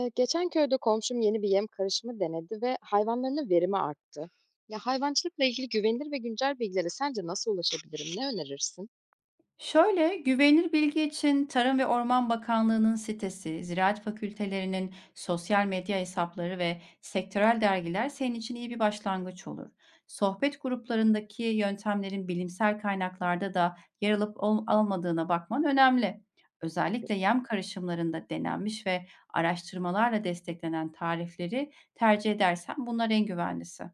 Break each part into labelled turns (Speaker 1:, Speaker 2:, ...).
Speaker 1: Geçen köyde komşum yeni bir yem karışımı denedi ve hayvanlarının verimi arttı. Ya hayvancılıkla ilgili güvenilir ve güncel bilgilere sence nasıl ulaşabilirim? Ne önerirsin?
Speaker 2: Şöyle, güvenilir bilgi için Tarım ve Orman Bakanlığı'nın sitesi, ziraat fakültelerinin sosyal medya hesapları ve sektörel dergiler senin için iyi bir başlangıç olur. Sohbet gruplarındaki yöntemlerin bilimsel kaynaklarda da yer alıp almadığına bakman önemli.
Speaker 1: Tabii.
Speaker 2: Özellikle yem karışımlarında denenmiş ve araştırmalarla desteklenen tarifleri tercih edersen bunlar en güvenlisi.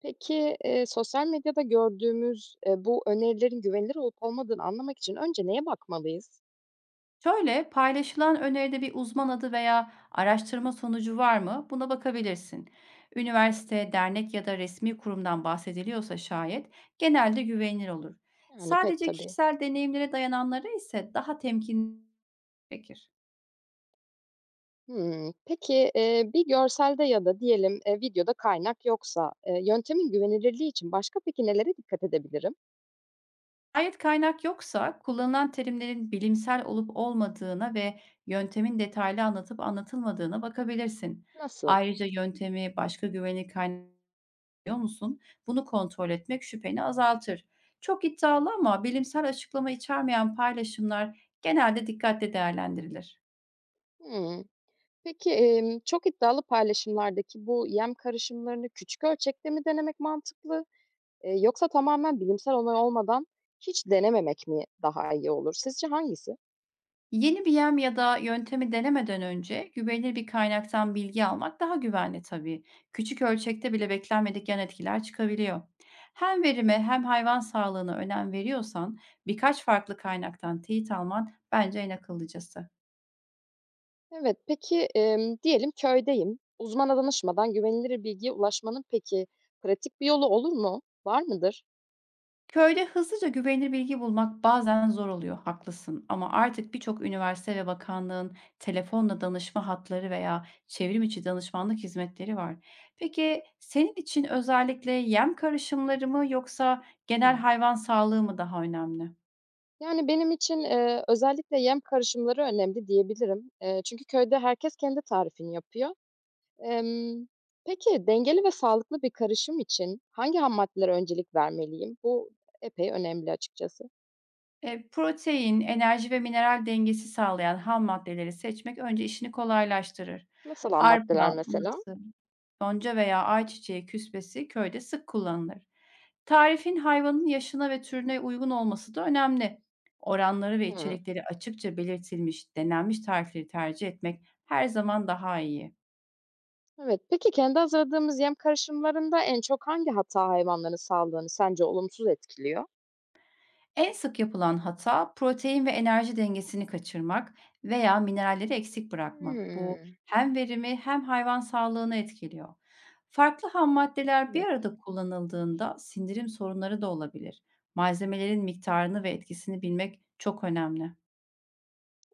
Speaker 1: Peki sosyal medyada gördüğümüz bu önerilerin güvenilir olup olmadığını anlamak için önce neye bakmalıyız?
Speaker 2: Şöyle, paylaşılan öneride bir uzman adı veya araştırma sonucu var mı? Buna bakabilirsin. Üniversite, dernek ya da resmi kurumdan bahsediliyorsa şayet genelde güvenilir olur.
Speaker 1: Yani pek
Speaker 2: Sadece
Speaker 1: tabii.
Speaker 2: kişisel deneyimlere dayananlara ise daha temkinli gerekir.
Speaker 1: Hımm. Peki, bir görselde ya da diyelim, videoda kaynak yoksa, yöntemin güvenilirliği için başka peki nelere dikkat edebilirim?
Speaker 2: Şayet kaynak yoksa kullanılan terimlerin bilimsel olup olmadığına ve yöntemin detaylı anlatıp anlatılmadığına bakabilirsin.
Speaker 1: Nasıl?
Speaker 2: Ayrıca yöntemi başka güvenilir kaynak biliyor musun? Bunu kontrol etmek şüpheni azaltır. Çok iddialı ama bilimsel açıklama içermeyen paylaşımlar genelde dikkatle değerlendirilir.
Speaker 1: Hımm. Peki, çok iddialı paylaşımlardaki bu yem karışımlarını küçük ölçekte mi denemek mantıklı, yoksa tamamen bilimsel onay olmadan hiç denememek mi daha iyi olur? Sizce hangisi?
Speaker 2: Yeni bir yem ya da yöntemi denemeden önce güvenilir bir kaynaktan bilgi almak daha güvenli tabii. Küçük ölçekte bile beklenmedik yan etkiler çıkabiliyor. Hem verime hem hayvan sağlığına önem veriyorsan birkaç farklı kaynaktan teyit alman bence en akıllıcası.
Speaker 1: Evet, peki, diyelim köydeyim. Uzmana danışmadan güvenilir bilgiye ulaşmanın peki pratik bir yolu olur mu? Var mıdır?
Speaker 2: Köyde hızlıca güvenilir bilgi bulmak bazen zor oluyor, haklısın. Ama artık birçok üniversite ve bakanlığın telefonla danışma hatları veya çevrim içi danışmanlık hizmetleri var. Peki senin için özellikle yem karışımları mı yoksa genel
Speaker 1: Hıı.
Speaker 2: hayvan sağlığı mı daha önemli?
Speaker 1: Yani, benim için, özellikle yem karışımları önemli diyebilirim. Çünkü köyde herkes kendi tarifini yapıyor. Emm, peki dengeli ve sağlıklı bir karışım için hangi hammaddelere öncelik vermeliyim? Bu epey önemli açıkçası.
Speaker 2: E, protein, enerji ve mineral dengesi sağlayan ham maddeleri seçmek önce işini kolaylaştırır.
Speaker 1: Nasıl ham
Speaker 2: Arpa,
Speaker 1: maddeler mesela?
Speaker 2: mısır, yonca veya ayçiçeği küspesi köyde sık kullanılır. Tarifin hayvanın yaşına ve türüne uygun olması da önemli. Oranları ve
Speaker 1: Hımm.
Speaker 2: içerikleri açıkça belirtilmiş, denenmiş tarifleri tercih etmek her zaman daha iyi.
Speaker 1: Evet. Peki kendi hazırladığımız yem karışımlarında en çok hangi hata hayvanların sağlığını sence olumsuz etkiliyor?
Speaker 2: En sık yapılan hata protein ve enerji dengesini kaçırmak veya mineralleri eksik bırakmak. Bu
Speaker 1: Hımm.
Speaker 2: hem verimi hem hayvan sağlığını etkiliyor. Farklı hammaddeler bir
Speaker 1: Evet.
Speaker 2: arada kullanıldığında sindirim sorunları da olabilir. Malzemelerin miktarını ve etkisini bilmek çok önemli.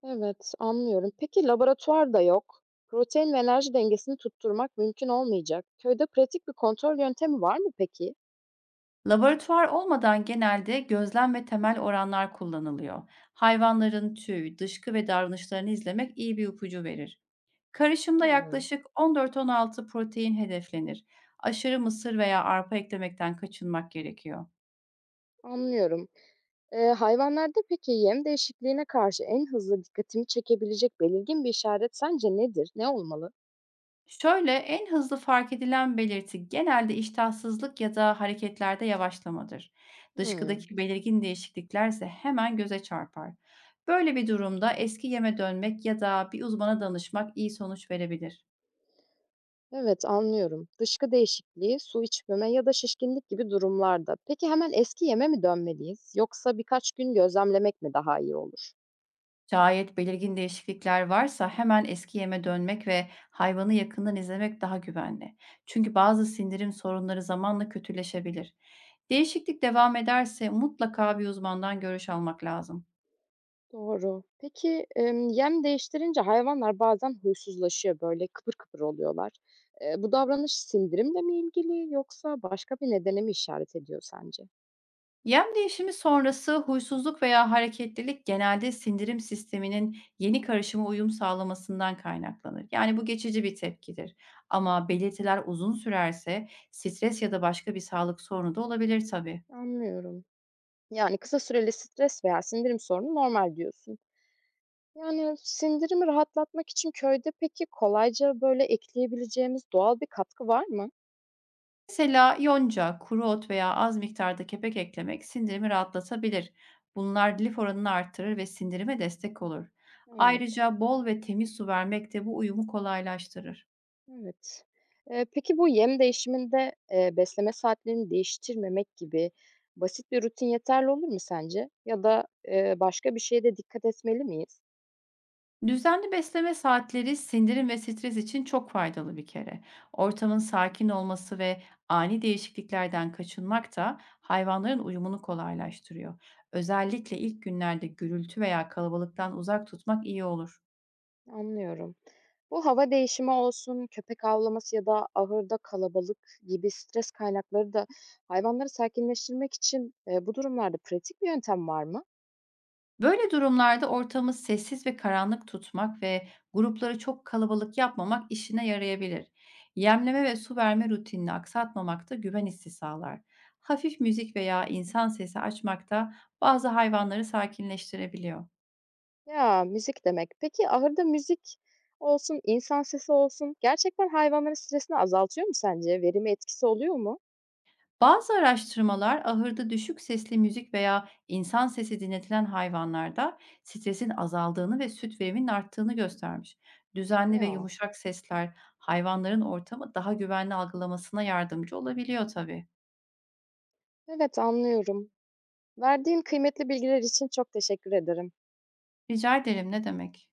Speaker 1: Evet, anlıyorum. Peki laboratuvar da yok. Protein ve enerji dengesini tutturmak mümkün olmayacak. Köyde pratik bir kontrol yöntemi var mı peki?
Speaker 2: Laboratuvar olmadan genelde gözlem ve temel oranlar kullanılıyor. Hayvanların tüy, dışkı ve davranışlarını izlemek iyi bir ipucu verir. Karışımda
Speaker 1: Hmm.
Speaker 2: yaklaşık 14-16 protein hedeflenir. Aşırı mısır veya arpa eklemekten kaçınmak gerekiyor.
Speaker 1: Anlıyorum. Hayvanlarda peki yem değişikliğine karşı en hızlı dikkatini çekebilecek belirgin bir işaret sence nedir? Ne olmalı?
Speaker 2: Şöyle, en hızlı fark edilen belirti genelde iştahsızlık ya da hareketlerde yavaşlamadır.
Speaker 1: Hmm.
Speaker 2: Dışkıdaki belirgin değişikliklerse hemen göze çarpar. Böyle bir durumda eski yeme dönmek ya da bir uzmana danışmak iyi sonuç verebilir.
Speaker 1: Evet, anlıyorum. Dışkı değişikliği, su içmeme ya da şişkinlik gibi durumlarda. Peki hemen eski yeme mi dönmeliyiz, yoksa birkaç gün gözlemlemek mi daha iyi olur?
Speaker 2: Şayet belirgin değişiklikler varsa hemen eski yeme dönmek ve hayvanı yakından izlemek daha güvenli. Çünkü bazı sindirim sorunları zamanla kötüleşebilir. Değişiklik devam ederse mutlaka bir uzmandan görüş almak lazım.
Speaker 1: Doğru. Peki, yem değiştirince hayvanlar bazen huysuzlaşıyor, böyle, kıpır kıpır oluyorlar. Bu davranış sindirimle mi ilgili yoksa başka bir nedene mi işaret ediyor sence?
Speaker 2: Yem değişimi sonrası huysuzluk veya hareketlilik genelde sindirim sisteminin yeni karışıma uyum sağlamasından kaynaklanır. Yani bu geçici bir tepkidir. Ama belirtiler uzun sürerse stres ya da başka bir sağlık sorunu da olabilir tabii.
Speaker 1: Anlıyorum. Yani kısa süreli stres veya sindirim sorunu normal diyorsun. Yani sindirimi rahatlatmak için köyde peki kolayca, böyle, ekleyebileceğimiz doğal bir katkı var mı?
Speaker 2: Mesela yonca, kuru ot veya az miktarda kepek eklemek sindirimi rahatlatabilir. Bunlar lif oranını artırır ve sindirime destek olur.
Speaker 1: Evet.
Speaker 2: Ayrıca bol ve temiz su vermek de bu uyumu kolaylaştırır.
Speaker 1: Evet. Peki bu yem değişiminde, besleme saatlerini değiştirmemek gibi basit bir rutin yeterli olur mu sence? Ya da, başka bir şeye de dikkat etmeli miyiz?
Speaker 2: Düzenli besleme saatleri sindirim ve stres için çok faydalı bir kere. Ortamın sakin olması ve ani değişikliklerden kaçınmak da hayvanların uyumunu kolaylaştırıyor. Özellikle ilk günlerde gürültü veya kalabalıktan uzak tutmak iyi olur.
Speaker 1: Anlıyorum. Bu hava değişimi olsun, köpek avlaması ya da ahırda kalabalık gibi stres kaynakları da hayvanları sakinleştirmek için, bu durumlarda pratik bir yöntem var mı?
Speaker 2: Böyle durumlarda ortamı sessiz ve karanlık tutmak ve grupları çok kalabalık yapmamak işine yarayabilir. Yemleme ve su verme rutinini aksatmamak da güven hissi sağlar. Hafif müzik veya insan sesi açmak da bazı hayvanları sakinleştirebiliyor.
Speaker 1: Ya, müzik demek. Peki ahırda müzik olsun, insan sesi olsun gerçekten hayvanların stresini azaltıyor mu sence? Verimi etkisi oluyor mu?
Speaker 2: Bazı araştırmalar ahırda düşük sesli müzik veya insan sesi dinletilen hayvanlarda stresin azaldığını ve süt veriminin arttığını göstermiş. Düzenli ve
Speaker 1: Ya,
Speaker 2: yumuşak sesler hayvanların ortamı daha güvenli algılamasına yardımcı olabiliyor tabii.
Speaker 1: evet anlıyorum. Verdiğin kıymetli bilgiler için çok teşekkür ederim.
Speaker 2: Rica ederim, ne demek?